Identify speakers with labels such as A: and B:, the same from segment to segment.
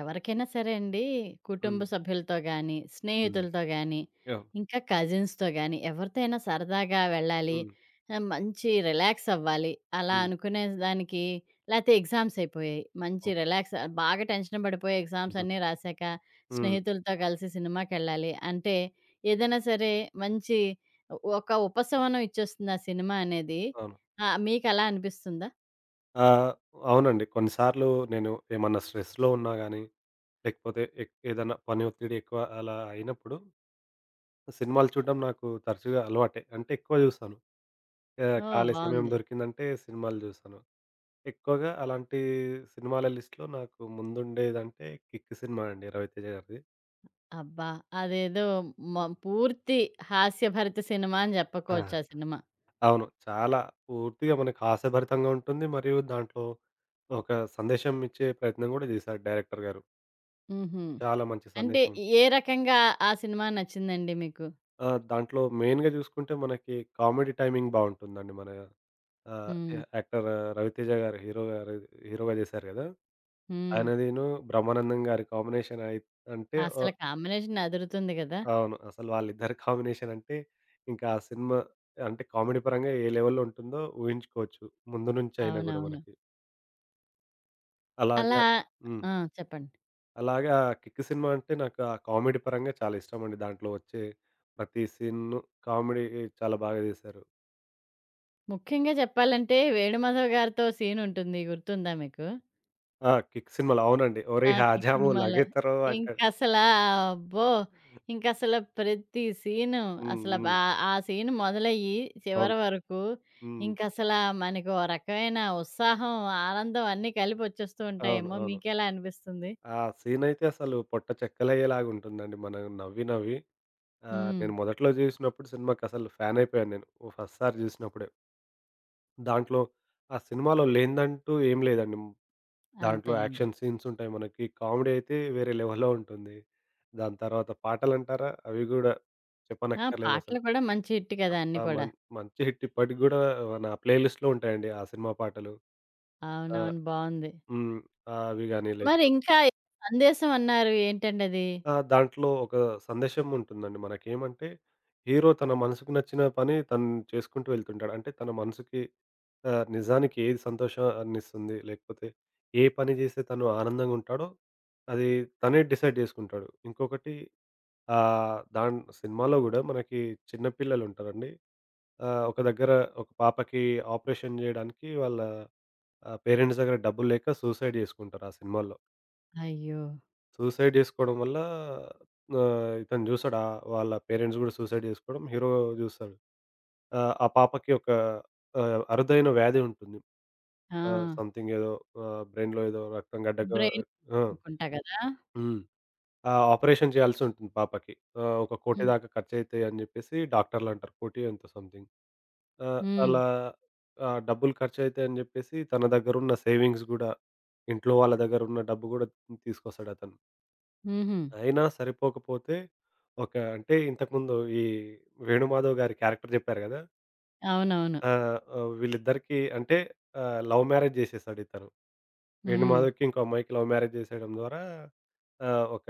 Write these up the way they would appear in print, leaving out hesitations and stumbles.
A: ఎవరికైనా సరే అండి, కుటుంబ
B: హ్మ్.
A: సభ్యులతో గానీ,
B: హ్మ్.
A: స్నేహితులతో గానీ,
B: యాహ్!
A: ఇంకా కజిన్స్‌తో గానీ, ఎవరితో అయినా సరదాగా వెళ్ళాలి.
B: హ్మ్.
A: మంచి రిలాక్స్ అవ్వాలి. అలా
B: హ్మ్.
A: అనుకునే దానికి లేతే ఎగ్జామ్స్ అయిపోయాయి. మంచి
B: ఓహ్!
A: రిలాక్స్ బాగా టెన్షన్ పడిపోయి ఎగ్జామ్స్ అన్నీ
B: హుహు.
A: రాసాక
B: హ్మ్.
A: స్నేహితులతో కలిసి సినిమాకెళ్ళాలి అంటే, ఏదైనా సరే మంచి ఒక ఉపశమనం ఇచ్చేస్తుంది ఆ సినిమా అనేది.
B: అవును.
A: మీకలా అనిపిస్తుందా?
B: ఆహ్, అవునండి. కొన్నిసార్లు నేను ఏమన్నా స్ట్రెస్‌లో ఉన్నా గానీ, లేకపోతే ఎ ఏదన్నా పని ఒత్తిడి ఎక్కువ అలా అయినప్పుడు సినిమాలు చూడడం నాకు తరచుగా అలవాటే. అంటే ఎక్కువ చూస్తాను.
A: ఓహ్,
B: ఖాళీ సమయం
A: బావుంది!
B: దొరికిందంటే సినిమాలు చూస్తాను. ఎక్కువగా అలాంటి సినిమాల లిస్ట్‌లో నాకు ముందుండేదంటే 'కిక్' సినిమా అండి, రవితేజ గారిది.
A: అబ్బా! అదేదో మ పూర్తి హాస్యభరిత సినిమా అని
B: ఆ!
A: జెప్పుకోవచ్చు ఆ సినిమా.
B: అవును. చాలా పూర్తిగా మనకి హాస్యభరితంగా ఉంటుంది. మరియు దాంట్లో ఒక సందేశం ఇచ్చే ప్రయత్నం గూడా జేశారు డైరెక్టర్ గారు.
A: హుహు.
B: చాలా మంచి
A: అంటే
B: సందేశం.
A: ఏ రకంగా ఆ సినిమా నచ్చిందండి మీకు?
B: దాంట్లో మెయిన్‌గా జూసుకుంటే మనకి కామెడీ టైమింగ్ బావుంటుందండి. మన ఆహ్,
A: హ్మ్.
B: యా యాక్టర్ 'రవితేజ' గారు హీరోగా జేశారు గదా!
A: హ్మ్.
B: ఆయనదిను బ్రహ్మానందం గారి కాంబినేషన్ అయి అంటే
A: అసల
B: ఓహ్!
A: కాంబినేషన్ అదురుతుంది గదా!
B: అవును. అసలు వాళ్ళిద్దరి కాంబినేషన్ అంటే ఇంకా ఆ సినిమా అంటే కామెడీ పరంగా ఏ లెవెల్‌లో ఉంటుందో ఊహించుకోవచ్చు. ముందు నుంచయినా గూడా
A: అవునవును.
B: మనకి.
A: అలా.
B: అలాగా హ్మ్.
A: ఆ, చెప్పండి.
B: అలాగా 'కిక్' సినిమా అంటే నాకు ఆ కామెడీ పరంగా చాలా ఇష్టమండి. దాంట్లో వచ్చే ప్రతి సీన్‌ను కామెడీ చాలా బాగా తీశారు.
A: ముఖ్యంగా చెప్పాలంటే 'వేణుమాధవ్' గారితో సీనుంటుంది, గుర్తుందా మీకు?
B: ఆ! 'కిక్' సినిమాలో అవునండి.
A: ఆ,
B: "ఒరేయ్
A: 'కిక్'
B: హాజాము
A: సినిమాలో.
B: లగేతరో" అంటాడు.
A: ఇంకసలా అబ్బో! ఇంకసల ప్రతి సీను
B: హ్మ్.
A: అసల బా
B: హ్మ్.
A: ఆ సీన్ మొదలయ్యి
B: అవును.
A: చివరి వరకు
B: హ్మ్.
A: ఇంకసలా మనకి ఓ రకమైన ఉత్సాహం, ఆనందం అన్నీ కలిపొచ్చేస్తూ
B: అవును.
A: ఉంటాయేమో!
B: అవును.
A: మీకెలా అనిపిస్తుంది?
B: ఆ సీనయితే అసలు పొట్ట చెక్కలయ్యేలాగుంటుందండి. మనం నవ్వి నవ్వి
A: హ్మ్.
B: నేను మొదట్లో చూసినప్పుడు సినిమాకసలు ఫ్యానయిపోయాను నేను. ఫస్ట్‌సారి చూసినప్పుడే. దాంట్లో ఆ సినిమాలో లేనిదంటూ ఏం లేదండి. దాంట్లో
A: అంతేనండి.
B: యాక్షన్ సీన్స్ ఉంటాయి మనకి. కామెడీ అయితే వేరే లెవెల్‌లో ఉంటుంది. దాని తర్వాత పాటలంటారా అవి గూడా
A: ఆ, పాటలు
B: చెప్పనక్కర్లేదసలు.
A: కూడా మంచి హిట్ కదా, అన్నీ
B: ఆ!
A: కూడా!
B: మన్ మంచి హిట్ ఇప్పటికి గూడా నా ప్లే లిస్ట్‌లో ఉంటాయండి ఆ సినిమా పాటలు. ఆ!
A: అవునవును. బావుంది.
B: హ్మ్. అవి గాని లేకపోతే
A: మరింకా సందేశం అన్నారు ఏంటండది?
B: ఆ! దాంట్లో ఒక సందేశం ఉంటుందండి మనకేమంటే, హీరో తన మనసుకు నచ్చిన పని తను చేసుకుంటూ వెళ్తుంటాడు. అంటే తన మనసుకి నిజానికి ఏది సంతోషాన్నిస్తుంది, లేకపోతే ఏ పని చేస్తే తను ఆనందంగుంటాడో, అది తనే డిసైడ్ చేసుకుంటాడు. ఇంకొకటి దాన్ సినిమాలో గూడా మనకి చిన్న పిల్లలుంటారండి. ఒక దగ్గర ఒక పాపకి ఆపరేషన్ జేయడానికి వాళ్ళ పేరెంట్స్ దగ్గర డబ్బులు లేక సూసైడ్ జేసుకుంటారు ఆ సినిమాల్లో.
A: అయ్యో!
B: సూసైడ్ జేసుకోవడం వల్ల ఇతను జూసాడు. వాళ్ళ పేరెంట్స్ గూడా సూసైడ్ జేసుకోవడం హీరో జూసాడు. ఆ పాపకి ఒక అరుదైన వ్యాధి ఉంటుంది.
A: ఆ!
B: సంథింగ్ ఏదో బ్రెయిన్‌లో ఏదో రక్తం గడ్డక
A: బ్రెయిన్
B: ఆ!
A: అనుకుంటా గదా!
B: హ్మ్. ఆ ఆపరేషన్ చేయాల్సుంటుంది పాపకి. ఒక కోటి
A: హ్మ్.
B: దాకా ఖర్చయితాయి అని జెప్పేసి డాక్టర్లంటారు. కోటి ఎంతో సంథింగ్. ఆ!
A: హ్మ్.
B: అలా ఆ డబ్బులు ఖర్చయితాయని జెప్పేసి తన దగ్గరున్న సేవింగ్స్ గూడా ఇంట్లో వాళ్ళ దగ్గరున్న డబ్బు గూడా తీసుకొస్తాడతను.
A: హుహు.
B: అయినా సరిపోకపోతే ఒక అంటే ఇంతకుముందు ఈ వేణుమాధవ్ గారి క్యారెక్టర్ చెప్పారు కదా!
A: అవునవును.
B: ఆహ్, ఆహ్, వీళ్ళిద్దరికీ అంటే లవ్ మ్యారేజ్ చేసేసాడు ఇతను.
A: హ్మ్.
B: వేణుమాధవ్‌కి ఇంకో అమ్మాయికి లవ్ మ్యారేజ్ చేసేయడం ద్వారా ఒక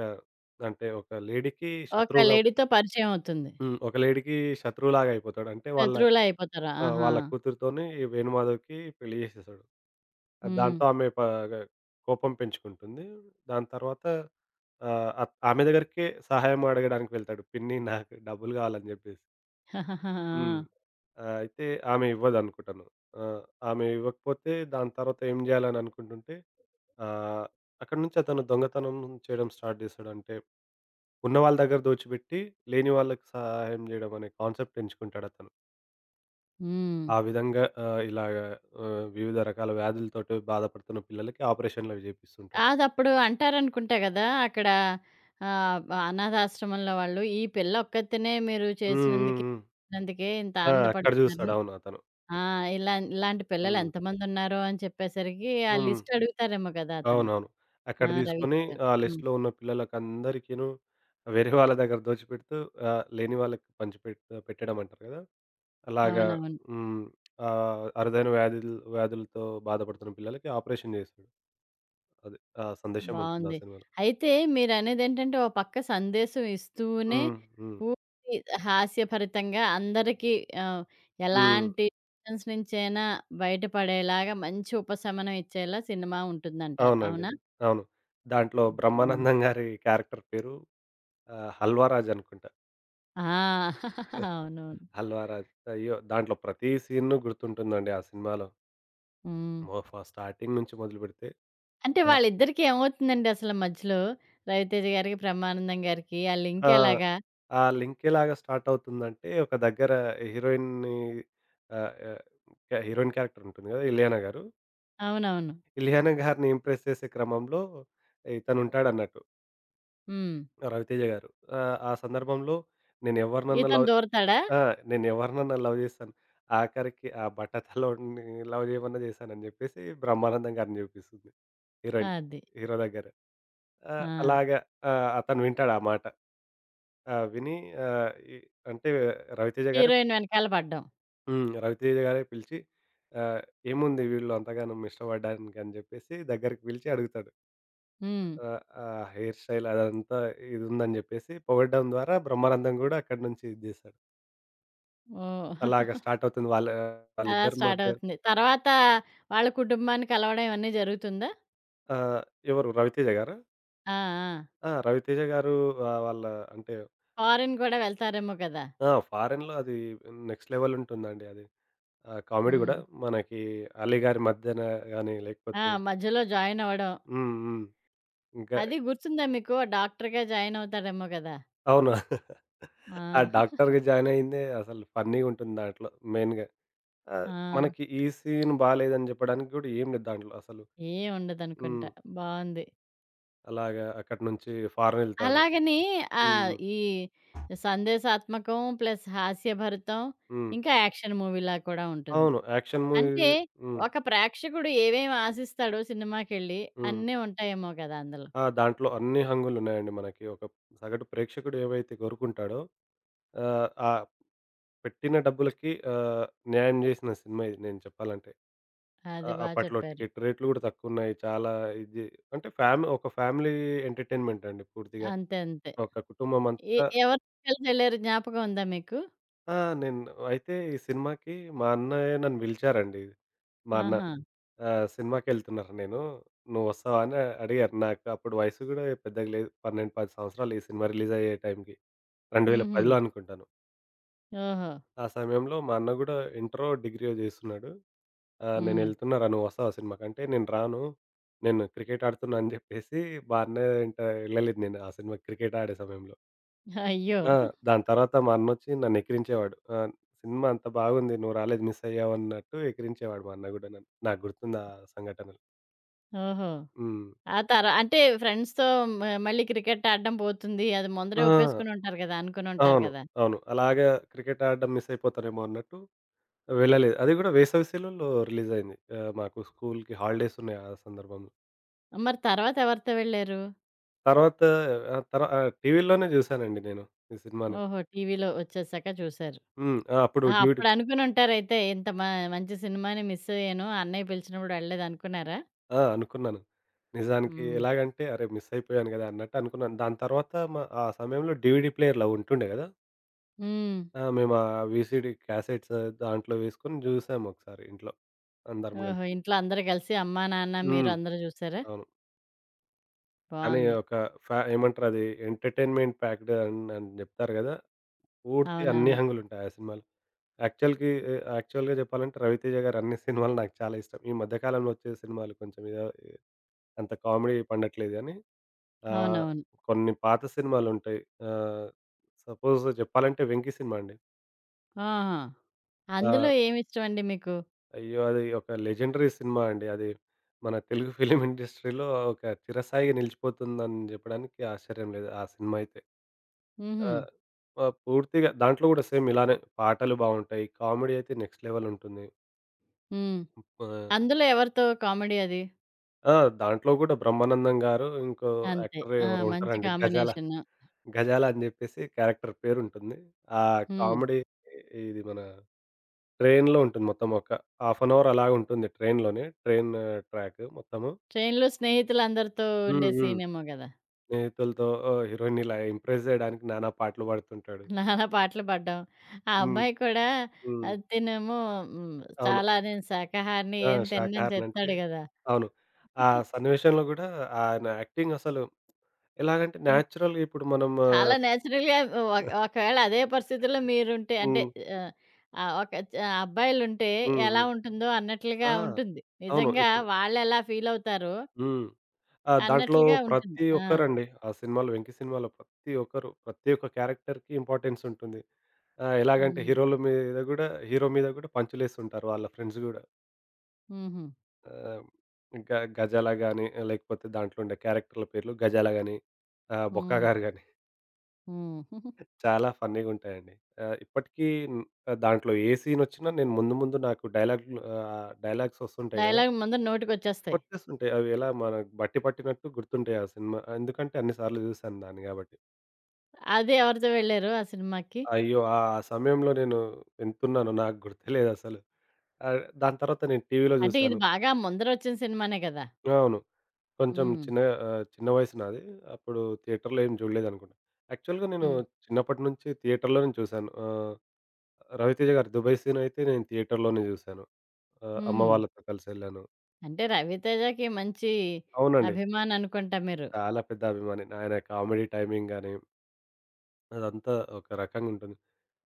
B: అంటే ఒక లేడీకి
A: ఒక
B: శత్రువుగా
A: లేడీతో పరిచయం అవుతుంది.
B: హ్మ్. ఒక లేడీకి శత్రువులాగా అయిపోతాడు. అంటే వాళ్ళ
A: శత్రువులే అయిపోతారు.
B: ఆ!
A: ఆహా!
B: వాళ్ళ కూతురితోని ఈ వేణుమాధవ్‌కి పెళ్లి చేసేసాడు.
A: హ్మ్.
B: దాంతో ఆమె కోపం పెంచుకుంటుంది. దాని తర్వాత ఆహ్, అత్ ఆమె దగ్గరికే సహాయం అడగడానికి వెళ్తాడు. పిన్ని నాకు డబ్బులు కావాలని చెప్పేసి. హ్మ్.
A: ఆ!
B: అయితే ఆమె ఇవ్వదనుకుంటాను. ఆ! ఆమె ఇవ్వకపోతే దాని తర్వాత ఏం చేయాలని అనుకుంటుంటే ఆహ్, అక్కడి నుంచి అతను దొంగతనం చేయడం స్టార్ట్ చేస్తాడు. అంటే ఉన్న వాళ్ళ దగ్గర దోచిపెట్టి లేని వాళ్ళకి సహాయం చేయడం అనే కాన్సెప్ట్ ఎంచుకుంటాడతను.
A: హ్మ్.
B: ఆ విధంగా ఇలాగ వివిధ రకాల వ్యాధులతోటి బాధపడుతున్న పిల్లలకి ఆపరేషన్‌లవి జేపిస్తుంటాడు.
A: అదప్పుడు అంటారనుకుంటా గదా! అక్కడ ఆహ్, బ అనాథాశ్రమంలో వాళ్ళు, "ఈ పిల్ల ఒక్కతినే మీరు
B: హ్మ్. హ్మ్.
A: చేసినందుకే
B: హ్మ్.
A: నందుకే ఇంత
B: ఆ! అక్కడ
A: ఆనందపడుతున్నారు.
B: జూస్తాడు. అవును అతను.
A: ఆ! ఇలా ఇలాంటి పిల్లలు
B: హ్మ్.
A: ఎంతమందున్నారో" అని చెప్పేసరికి ఆ
B: హ్మ్.
A: లిస్ట్ అడుగుతారేమో కదా, అతను.
B: అవునవును.
A: ఆ,
B: అక్కడ తీసుకొని
A: రవితేజ.
B: ఆ
A: హ్మ్.
B: లిస్ట్‌లో ఉన్న పిల్లలకందరికీను వేరే వాళ్ళ దగ్గర దోచిపెడుతూ లేని వాళ్ళకి పెట్టడం అంటారు గదా! అలాగా
A: అవునవును.
B: హ్మ్. ఆహ్, అరుదైన వ్యాధులు వ్యాధులతో బాధపడుతున్న పిల్లలకి ఆపరేషన్ జేశాడు. అది. ఆ సందేశం ఉంటుంది ఆ
A: బావుంది.
B: సినిమాలో.
A: అయితే మీరనేదేంటంటే, ఓ పక్క సందేశం ఇస్తూనే
B: హ్మ్. హ్మ్.
A: పూర్తి హాస్యభరితంగా అందరికీ ఆహ్,
B: హ్మ్.
A: ఎలాంటి టెన్షన్స్ నుంచైనా బయటపడేలాగా మంచి ఉపశమనం ఇచ్చేలా సినిమా ఉంటుందంటారు.
B: అవునండి.
A: అవునా?
B: అవును. దాంట్లో
A: హ్మ్.
B: బ్రహ్మానందం గారి క్యారెక్టర్ పేరు హల్వారాజ్ అనుకుంటా.
A: ఆ! అవునవును.
B: హల్వారాజ్. అయ్యో! దాంట్లో ప్రతి సీను గుర్తుంటుందండి ఆ సినిమాలో.
A: హ్మ్.
B: మొ ఫ స్టార్టింగ్ నుంచి మొదలుపెడితే
A: అంటే
B: ఆ!
A: వాళ్ళిద్దరికీ ఏమవుతుందండి అసలు మధ్యలో? రవితేజ గారికి, బ్రహ్మానందం గారికి ఆ లింక్
B: ఆ!
A: ఎలాగా?
B: ఆ లింక్ ఎలాగా స్టార్ట్ అవుతుందంటే ఒక దగ్గర హీరోయిన్‌ని ఆహ్, ఆహ్, హీరోయిన్ క్యారెక్టర్ ఉంటుంది కదా! ఇలియానా గారు.
A: అవునవును.
B: ఇలియానా గారిని ఇంప్రెస్ చేసే క్రమంలో ఇతనుంటాడన్నట్టు
A: హ్మ్.
B: రవితేజ గారు. ఆ సందర్భంలో నేనెవరినన్నా
A: ఇతను
B: లవ్
A: దూరతాడా?
B: ఆ! నేనెవరినన్నా లవ్ జేశాను. ఆఖరికి ఆ బట్టతలోడిని లవ్ జేయమన్నా జేశానని జెప్పేసి బ్రహ్మానందం గారిని జూపిస్తుంది హీరోయిన్.
A: అది.
B: హీరో దగ్గర. ఆ!
A: ఆ!
B: అలాగా ఆ! అతను వింటాడు ఆ మాట. ఆ! విని ఆహ్, ఈ అంటే రవితేజ గారే
A: హీరోయిన్ వెనకాల పడ్డం.
B: హ్మ్. రవితేజ గారే పిలిచి ఆహ్, "ఏముంది వీళ్ళు అంతగానం ఇష్టపడడానికి" అని జెప్పేసి దగ్గరికి పిలిచి అడుగుతాడు.
A: హ్మ్.
B: ఆహ్, ఆ హెయిర్ స్టైల్ అదంతా ఇదుందని జెప్పేసి పొగడడం ద్వారా బ్రహ్మానందం గూడా అక్కడి నుంచి ఇది జేశాడు.
A: ఓహ్!
B: అలాగా స్టార్ట్ అవుతుంది
A: అలా
B: వాళ్ళిద్దరి
A: స్టార్ట్
B: మధ్య
A: అవుతుంది. తర్వాత వాళ్ళ కుటుంబాన్ని కలవడం ఇవన్నీ జరుగుతుందా?
B: ఆ! ఎవరు 'రవితేజ' గారా?
A: ఆ! ఆ!
B: ఆ! 'రవితేజ' గారు వాళ్ళ అంటే
A: ఫారిన్ కూడా వెళ్తారేమో కదా!
B: ఆ! ఫారెన్‌లో అది నెక్స్ట్ లెవెల్ ఉంటుందండి అది. ఆ కామెడీ గూడా
A: హ్మ్.
B: మనకి 'అలీ గారి మధ్యన' గాని
A: ఆ,
B: లేకపోతే
A: మధ్యలో జాయిన్ అవ్వడం.
B: హ్మ్. హ్మ్. ఇంకా
A: అది గుర్తుందా మీకు? డాక్టర్‌గా జాయిన్ అవుతాడేమో కదా!
B: అవును. ఆ
A: ఆ!
B: డాక్టర్‌గా జాయిన్ అయిందే అసలు ఫన్నీగుంటుంది దాంట్లో మెయిన్‌గా. ఆహ్,
A: ఆ!
B: మనకి ఈ సీన్ బాలేదని జెప్పడానికి గూడా ఏం లేదు దాంట్లో అసలు.
A: ఏం
B: హ్మ్.
A: ఉండదనుకుంటా. బావుంది.
B: అలాగా అక్కడి నుంచి ఫారెన్ ఎళ్తాడు.
A: అలాగని
B: హ్మ్.
A: ఈ సందేశాత్మకం ప్లస్ హాస్యభరితం,
B: హ్మ్.
A: ఇంకా యాక్షన్ మూవీలా కూడా ఉంటుంది.
B: అవును. యాక్షన్ మూవీ
A: అంటే
B: హ్మ్.
A: ఒక ప్రేక్షకుడు ఏవేమి ఆశిస్తాడో సినిమాకెళ్ళి
B: హ్మ్.
A: అన్నీ ఉంటాయేమో కదా, అందులో.
B: ఆ! దాంట్లో అన్ని హంగులున్నాయండి మనకి. ఒక సగటు ప్రేక్షకుడు ఏవైతే కోరుకుంటాడో ఆహ్, ఆ పెట్టిన డబ్బులకి న్యాయం జేసిన సినిమా ఇది నేను చెప్పాలంటే.
A: అది బా
B: అప్పట్లో
A: చెప్పారు.
B: టికెట్ రేట్లు గూడా తక్కువున్నాయి. చాలా ఇది అంటే ఒక ఫ్యామిలీ ఎంటర్‌టైన్‌మెంట్ అండి పూర్తిగా.
A: అంతే, అంతే.
B: ఒక
A: ఎ
B: కుటుంబమంతా
A: ఎవరితో కలిసెళ్లారు జ్ఞాపకం ఉందా మీకు?
B: ఆ! నేను అయితే ఈ సినిమాకి మా అన్నయ్య నన్ను పిలిచారండి. మా అన్న
A: ఆహా!
B: సినిమాకెళ్తున్నారు, నేను నువ్వొస్తావా అని అడిగారు. నాకు అప్పుడు వయసు గూడా పెద్దగా లేదు. 12, 10 సంవత్సరాలు ఈ సినిమా రిలీజయ్యే టైంకి.
A: హుహు.
B: 2010లో అనుకుంటాను.
A: ఓహో!
B: ఆ సమయంలో మా అన్న గూడా ఇంటరో, డిగ్రీయో జేస్తున్నాడు.
A: హ్మ్.
B: "నేనెళ్తున్నారా నువ్వు వస్తావా సినిమాకి?" అంటే, "నేను రాను. నేను క్రికెట్ ఆడుతున్నా" అని జెప్పేసి మా అన్న ఎంట ఎళ్ళలేదు నేను ఆ సినిమాకి క్రికెట్ ఆడే సమయంలో.
A: అయ్యో!
B: ఆ! దాని తర్వాత మా అన్నొచ్చి నన్నెక్కిరించేవాడు. "సినిమా అంత బాగుంది. నువ్వు రాలేదు మిస్ అయ్యావు" అన్నట్టు ఎక్కిరించేవాడు మా అన్న గూడా నన్ను. నాకు గుర్తుంది ఆ సంఘటనలు.
A: ఓహో!
B: హ్మ్.
A: ఆ తర అంటే ఫ్రెండ్స్‌తో మళ్ళీ క్రికెట్ ఆడడం పోతుంది. అది ముందరే
B: ఆ!
A: ఒప్పేసుకొని ఉంటారు కదా, అనుకుని ఉంటారు
B: అవును.
A: కదా!
B: అవును. అలాగా క్రికెట్ ఆడడం మిస్ అయిపోతానేమో అన్నట్టు వెళ్ళలేదు. అది గూడా వేసవి సెలవుల్లో రిలీజయింది. మాకు స్కూల్‌కి హాలిడేస్ ఉన్నాయి ఆ సందర్భంలో.
A: మరి తర్వాత ఎవరితో వెళ్లారు?
B: తర్వాత టీవీలోనే జూసానండి నేను ఈ సినిమాని.
A: ఓహో! టీవీలో వచ్చేసాక చూసారు.
B: హ్మ్. ఆ! అప్పుడు
A: ఆ!
B: డ్యూటీ
A: అప్పుడు అనుకుని ఉంటారైతే, "ఇంత మంచి సినిమాని మిస్ అయ్యాను. అన్నయ్య పిలిచినప్పుడు వెళ్ళలేదనుకున్నారా?
B: ఆ! అనుకున్నాను. నిజానికి
A: హ్మ్.
B: ఎలాగంటే, అరే! మిస్ అయిపోయాను గదా! అన్నట్టు అనుకున్నాను. దాని తర్వాత ఆ సమయంలో డీవీడీ ప్లేయర్‌లు అవి ఉంటుండే గదా!
A: హ్మ్.
B: ఆ! మేము ఆ వీసీడీ క్యాసెట్స్ దాంట్లో వేసుకొని జూసాము ఒకసారి ఇంట్లో అందరం
A: ఓహో!
B: గలిసి.
A: ఇంట్లో అందరూ కలిసి అమ్మా, నాన్న, మీరు
B: హ్మ్.
A: అందరూ చూసారా?
B: అవును. కానీ
A: బావుంది.
B: ఒక ఫ ఏమంటారు అది, ఎంటర్‌టైన్‌మెంట్ ప్యాక్డ్ అని అని జెప్తారు గదా! పూర్తి అన్ని
A: అవునవును.
B: హంగులుంటాయి ఆ సినిమాలో. యాక్చువల్‌గా జెప్పాలంటే 'రవితేజ' గారి అన్ని సినిమాలు నాకు చాలా ఇష్టం. ఈ మధ్య కాలంలో వచ్చే సినిమాలు కొంచెం ఏదో అంత కామెడీ పండట్లేదు గానీ ఆహ్,
A: అవునవును.
B: కొన్ని పాత సినిమాలుంటాయి. ఆహ్, సపోజ్ చెప్పాలంటే 'వెంకి' సినిమా అండి.
A: ఆహా! అందులో
B: ఆ!
A: ఏమిష్టమండి మీకు?
B: అయ్యో! అది ఒక లెజెండరీ సినిమా అండి. అది మన తెలుగు ఫిల్మ్ ఇండస్ట్రీలో ఒక చిరస్థాయిగా నిలిచిపోతుందని జెప్పడానికి ఆశ్చర్యం లేదు, ఆ సినిమా అయితే.
A: హుహు.
B: ఆ! పూర్తిగా దాంట్లో గూడా సేమ్ ఇలానే పాటలు బావుంటాయి. కామెడీ అయితే నెక్స్ట్ లెవెల్ ఉంటుంది.
A: హ్మ్.
B: ఆహ్,
A: అందులో ఎవరితో కామెడీ అది?
B: ఆ! దాంట్లో గూడా బ్రహ్మానందం గారు ఇంకో
A: అంతే.
B: యాక్టర్
A: ఆ,
B: ఎవరో
A: మంచి
B: ఉంటారండి.
A: కాంబినేషను.
B: 'గజాల' అని జెప్పేసి క్యారెక్టర్ పేరుంటుంది. ఆ
A: హ్మ్.
B: కామెడీ ఇది మన ట్రైన్‌లో ఉంటుంది మొత్తం, ఒక హాఫ్ అన్ అవర్ అలాగుంటుంది ట్రైన్‌లోనే. ట్రైన్ లోనే, ట్రైన్ ట్రాక్ మొత్తము.
A: ట్రైన్‌లో స్నేహితులందరితో
B: హ్మ్.
A: ఉండే
B: హ్మ్.
A: సీనేమో గదా!
B: స్నేహితులతో హీరోయిన్‌ని ఇలా ఇంప్రెస్ జేయడానికి నానా పాటలు పాడుతుంటాడు.
A: నానా పాటలు పాడడం. ఆ
B: హ్మ్.
A: అబ్బాయి కూడా
B: హ్మ్.
A: తినేమో. హ్మ్.
B: అవును.
A: చాలా నేను శాకాహారిని,
B: ఆ!
A: ఏం తిననని
B: శాకాహారినంటే
A: చెప్తాడు గదా!
B: అవును. ఆ సన్నివేశంలో గూడా ఆయన యాక్టింగ్ అసలు ఎలాగంటే న్యాచురల్‌గా ఇప్పుడు మనం
A: చాలా నేచురల్‌గా ఒకవేళ అదే పరిస్థితిలో మీరుంటే అంటే
B: హ్మ్.
A: ఆహ్, ఆహ్, ఒక చ అబ్బాయిలుంటే
B: హ్మ్.
A: ఎలా
B: హ్మ్.
A: ఉంటుందో అన్నట్లుగా
B: ఆ!
A: ఉంటుంది.
B: అవును.
A: నిజంగా
B: ఇప్పుడు
A: వాళ్ళెలా ఫీలవుతారో
B: హ్మ్. ఆ! దాంట్లో
A: అన్నట్లుగా ఉంటుంది.
B: ప్రతి
A: ఆ!
B: ఒక్కరండి. ఆ సినిమాలో, 'వెంకి' సినిమాలో ప్రతి ఒక్కరు, ప్రతి ఒక్క క్యారెక్టర్‌కి ఇంపార్టెన్స్ ఉంటుంది. ఆ! ఎలాగంటే
A: హ్మ్.
B: హీరో మీద గూడా పంచులేస్తుంటారు వాళ్ళ ఫ్రెండ్స్ గూడా.
A: హుహు.
B: ఆహ్, ఇంకా 'గజాల' గాని, లేకపోతే దాంట్లో ఉండే క్యారెక్టర్ల పేర్లు 'గజాల' గాని, 'బొక్క
A: హ్మ్.
B: గారు' గాని
A: హ్మ్.
B: చాలా ఫన్నీగా ఉంటాయండి. ఇప్పటికీ దాంట్లో ఏ సీన్ వచ్చినా నేను ముందు ముందు నాకు డైలాగ్స్ వస్తుంటాయి గదా!
A: డైలాగ్ ముందర నోటికొచ్చేస్తాయి.
B: గుర్తొస్తుంటాయి. అవి ఎలా మనకు బట్టి పట్టినట్టు గుర్తుంటాయి ఆ సినిమా. ఎందుకంటే అన్ని సార్లు చూసాను దాన్ని గాబట్టి.
A: అది ఎవరితో వెళ్లారు ఆ సినిమాకి?
B: అయ్యో! ఆ సమయంలో నేను ఎంతున్నానో నాకు గుర్తులేదసలు. దాని తర్వాత నేను టీవీలో
A: అంటే ఇది
B: చూసాను.
A: బాగా ముందరొచ్చిన సినిమానే కదా!
B: అవును. కొంచెం
A: హ్మ్.
B: చిన్న చిన్న వయసు నాది. అప్పుడు థియేటర్‌లో ఏం చూడలేదనుకుంటా. యాక్చువల్‌గా నేను
A: హ్మ్.
B: చిన్నప్పటి నుంచి థియేటర్‌లోనే చూసాను. 'రవితేజ' గారి 'దుబాయ్' సీన్ అయితే నేను థియేటర్‌లోనే చూసాను. అమ్మ
A: హుహు.
B: వాళ్ళతో కలిసెళ్ళాను.
A: అంటే 'రవితేజ'కి మంచి
B: అవునండి.
A: అభిమాననుకుంటా మీరు.
B: చాలా పెద్ద అభిమానిని. ఆయన కామెడీ టైమింగ్ గాని, అదంతా ఒక రకంగా ఉంటుంది.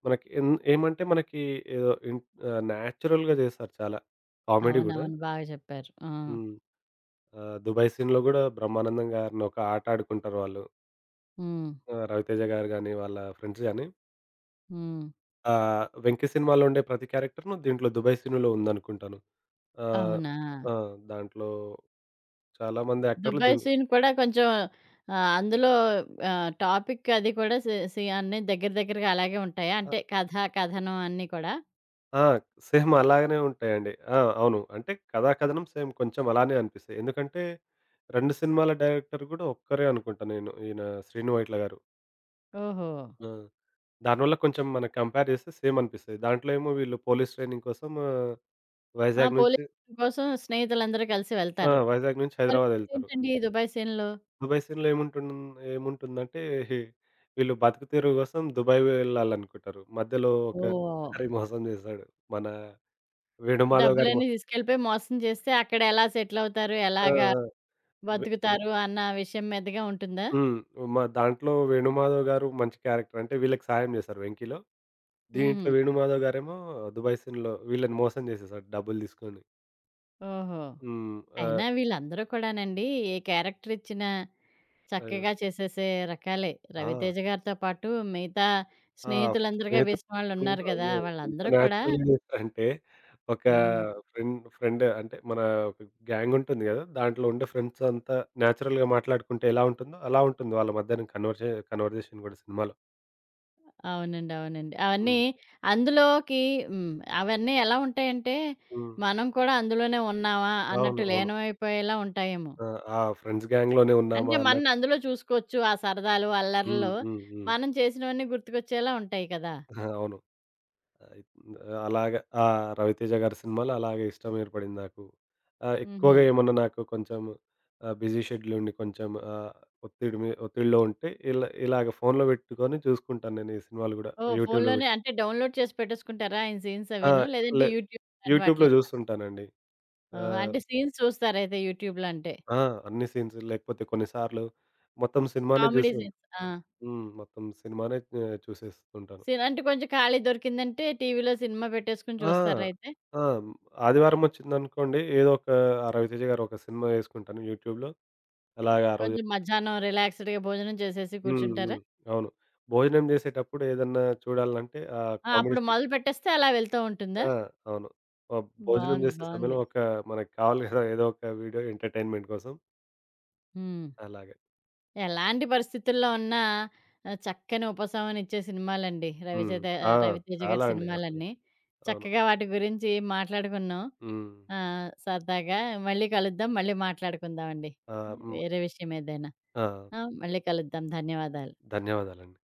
B: మనకి ఎన్ ఏమంటే మనకి ఏదో ఇన్ న్యాచురల్‌గా చేశారు చాలా. కామెడీ గూడా.
A: అవునవును. బాగా చెప్పారు. ఆ!
B: హ్మ్. 'దుబాయ్' సీన్‌లో గూడా బ్రహ్మానందం గారిని ఒక ఆట ఆడుకుంటారు వాళ్ళు.
A: హ్మ్.
B: రవితేజ గారు గాని, వాళ్ళ ఫ్రెండ్స్ గాని
A: హ్మ్.
B: 'వెంకి' సినిమాలో ఉండే ప్రతి క్యారెక్టర్‌ను దీంట్లో 'దుబాయ్' సినిమాలో ఉందనుకుంటాను. ఆహ్,
A: అవునా?
B: ఆ! దాంట్లో చాలామంది యాక్టర్‌లు
A: 'దుబాయ్
B: దీంట్లో
A: సీన్' కూడా కొంచెం అందులో టాపిక్ అది కూడా సి సి అన్నీ దగ్గర దగ్గరగా అలాగే ఉంటాయా?
B: అ!
A: అంటే కథ, కథనం అన్నీ కూడా?
B: ఆ! సేమ్ అలాగనే ఉంటాయండి. ఆ! అవును. అంటే కథా కథనం సేమ్ కొంచెం అలానే అనిపిస్తాయి. ఎందుకంటే 2 సినిమాల డైరెక్టర్ గూడా ఒక్కరే అనుకుంటా నేను. ఈయన 'శ్రీను వైట్ల' గారు.
A: ఓహో!
B: ఆ! దానివల్ల కొంచెం మనం కంపేర్ చేస్తే సేమ్ అనిపిస్తది. దాంట్లో ఏమో వీళ్ళు పోలీస్ ట్రైనింగ్ కోసం
A: ఆ,
B: వైజాగ్
A: పోలీస్
B: నుంచి
A: కోసం స్నేహితులందరూ కలిసి
B: ఆ!
A: వెళ్తారు.
B: వైజాగ్ నుంచి
A: మరి
B: హైదరాబాద్ ఎళ్తారు.
A: ఏంటండి ఈ 'దుబాయ్ సీన్‌లో'?
B: దుబాయ్ సీన్‌లో ఏముంటున్ ఏముంటుందంటే వీళ్ళు బతుకు తెరువు కోసం దుబాయ్ వెళ్ళాలనుకుంటారు. మధ్యలో ఒక
A: ఓహ్!
B: హరి మోసం చేశాడు. మన వేణుమాధవ్ గారు మొ
A: డబ్బులన్నీ తీసుకెళ్ళిపోయి మోసం చేస్తే అక్కడ ఎలా సెటిల్ అవుతారు?
B: ఆ!
A: ఎలాగా
B: ఆ! వె
A: బతుకుతారు అన్న విషయం మీదగా ఉంటుందా?
B: హ్మ్. మ దాంట్లో వేణుమాధవ్ గారు మంచి క్యారెక్టర్. అంటే వీళ్ళకి సాయం చేశారు 'వెంకి'లో.
A: హుహు.
B: దీంట్లో వేణుమాధవ్ గారేమో దుబాయ్ సీన్‌లో వీళ్ళని మోసం చేసేసాడు డబ్బులు తీసుకొని.
A: ఓహో!
B: హ్మ్. ఆహ్,
A: అయినా వీళ్ళందరూ కూడానండి ఏ క్యారెక్టర్ ఇచ్చినా
B: అయ్యో!
A: చక్కగా చేసేసే రకాలే.
B: ఆ!
A: 'రవితేజ' గారితో పాటు మిగతా
B: ఆ!
A: స్నేహితులందరూ వేసిన
B: స్నేహితులు
A: వాళ్ళున్నారు
B: కూడా
A: గదా!
B: అయ్యో! ఎంత
A: వాళ్ళందరూ కూడా.
B: నేచురల్‌గా చేసారంటే, ఒక
A: హ్మ్.
B: ఫ్రెండ్ ఫ్రెండ్ అంటే మన ఒక గ్యాంగ్ ఉంటుంది కదా! దాంట్లో ఉండే ఫ్రెండ్స్ అంతా నేచురల్‌గా మాట్లాడుకుంటే ఎలా ఉంటుందో, అలా ఉంటుంది వాళ్ళ మధ్యన కన్వర్జేషన్ కూడా సినిమాలో.
A: అవునండి, అవునండి. అవన్నీ
B: హ్మ్.
A: అందులోకి. హ్మ్. అవన్నీ ఎలా ఉంటాయంటే,
B: హ్మ్.
A: మనం కూడా అందులోనే ఉన్నామా
B: అవును.
A: అన్నట్టు
B: అవును.
A: లీనమైపోయేలా ఉంటాయేమో!
B: ఆ! ఆ ఫ్రెండ్స్ గ్యాంగ్‌లోనే
A: అంటే
B: ఉన్నామా
A: మనని
B: అన్నట్టు.
A: అందులో చూసుకోవచ్చు. ఆ సరదాలు,
B: హ్మ్.
A: అల్లర్లు,
B: హ్మ్. హ్మ్.
A: మనం చేసినవన్నీ గుర్తుకొచ్చేలా ఉంటాయి కదా!
B: ఆ! అవును. అయి అలాగా. ఆ! 'రవితేజ' గారి సినిమాలు అలాగే ఇష్టం ఏర్పడింది నాకు.
A: హుహు.
B: ఎక్కువగా ఏమన్నా నాకు కొంచెం బిజీ షెడ్యూల్ ఉండి కొంచెం ఒత్తిడిలో ఉంటే ఇలాగ ఫోన్‌లో పెట్టుకొని చూసుకుంటాను నేను ఈ సినిమాలు గూడా
A: ఓహ్!
B: యూట్యూబ్‌లో
A: ఫోన్‌లోనే
B: పెట్టి.
A: అంటే డౌన్‌లోడ్ చేసి పెట్టేసుకుంటారా ఆయన సీన్స్
B: ఆ!
A: అవిను? లేదంటే
B: లే
A: యూట్యూబ్ అలాంటి
B: యూట్యూబ్‌లో
A: వాటిలో?
B: జూస్తుంటానండి.
A: ఓహో!
B: ఆహ్,
A: అంటే సీన్స్ చూస్తారైతే యూట్యూబ్‌లో అంటే.
B: ఆ! అన్ని సీన్స్ లేకపోతే కొన్నిసార్లు మొత్తం సినిమానే
A: కామెడీ
B: జూసి
A: సీన్స్. ఆ!
B: హ్మ్. మొత్తం సినిమానే చూసేస్తుంటాను.
A: సీన్ అంటే కొంచెం ఖాళీ దొరికిందంటే టీవీలో సినిమా పెట్టేసుకొని
B: ఆ!
A: చూస్తారైతే?
B: ఆ! ఆదివారం ఒచ్చిందనుకోండి ఏదో ఒక ఆ 'రవితేజ' గారు ఒక సినిమా యేసుకుంటాను యూట్యూబ్‌లో. అలాగా ఆ రోజు
A: కొంచెం మధ్యాహ్నం రిలాక్స్‌డ్‌గా భోజనం చేసేసి
B: హ్మ్.
A: కూర్చుంటారా?
B: హ్మ్. అవును. భోజనం జేసేటప్పుడు ఏదన్నా చూడాలంటే ఆహ్,
A: ఆ!
B: కామెడీ
A: అప్పుడు
B: సెన్
A: మొదలుపెట్టేస్తే అలా వెళ్తూ ఉంటుందా?
B: ఆ! అవును. భోజనం
A: బావుంది,
B: జేసే సమయంలో
A: బావుంది.
B: ఒక మనకు కావాలి గదా! ఏదో ఒక వీడియో ఎంటర్‌టైన్‌మెంట్ కోసం
A: హ్మ్.
B: అలాగే.
A: ఎలాంటి పరిస్థితుల్లో ఉన్నా చక్కని ఉపశమనమిచ్చే సినిమాలండి
B: హ్మ్.
A: రవిచేత,
B: ఆ!
A: రవితేజ గారి
B: చాలా అండి అసలు.
A: సినిమాలన్నీ.
B: అవును.
A: చక్కగా వాటి గురించి మాట్లాడుకున్నాం.
B: హ్మ్.
A: ఆహ్, సరదాగా మళ్ళీ కలుద్దాం. మళ్ళీ మాట్లాడుకుందామండి
B: ఆ! హ్మ్.
A: వేరే విషయం ఏదైనా.
B: ఆ!
A: ఆ! మళ్ళీ కలుద్దాం. ధన్యవాదాలు.
B: ధన్యవాదాలండి.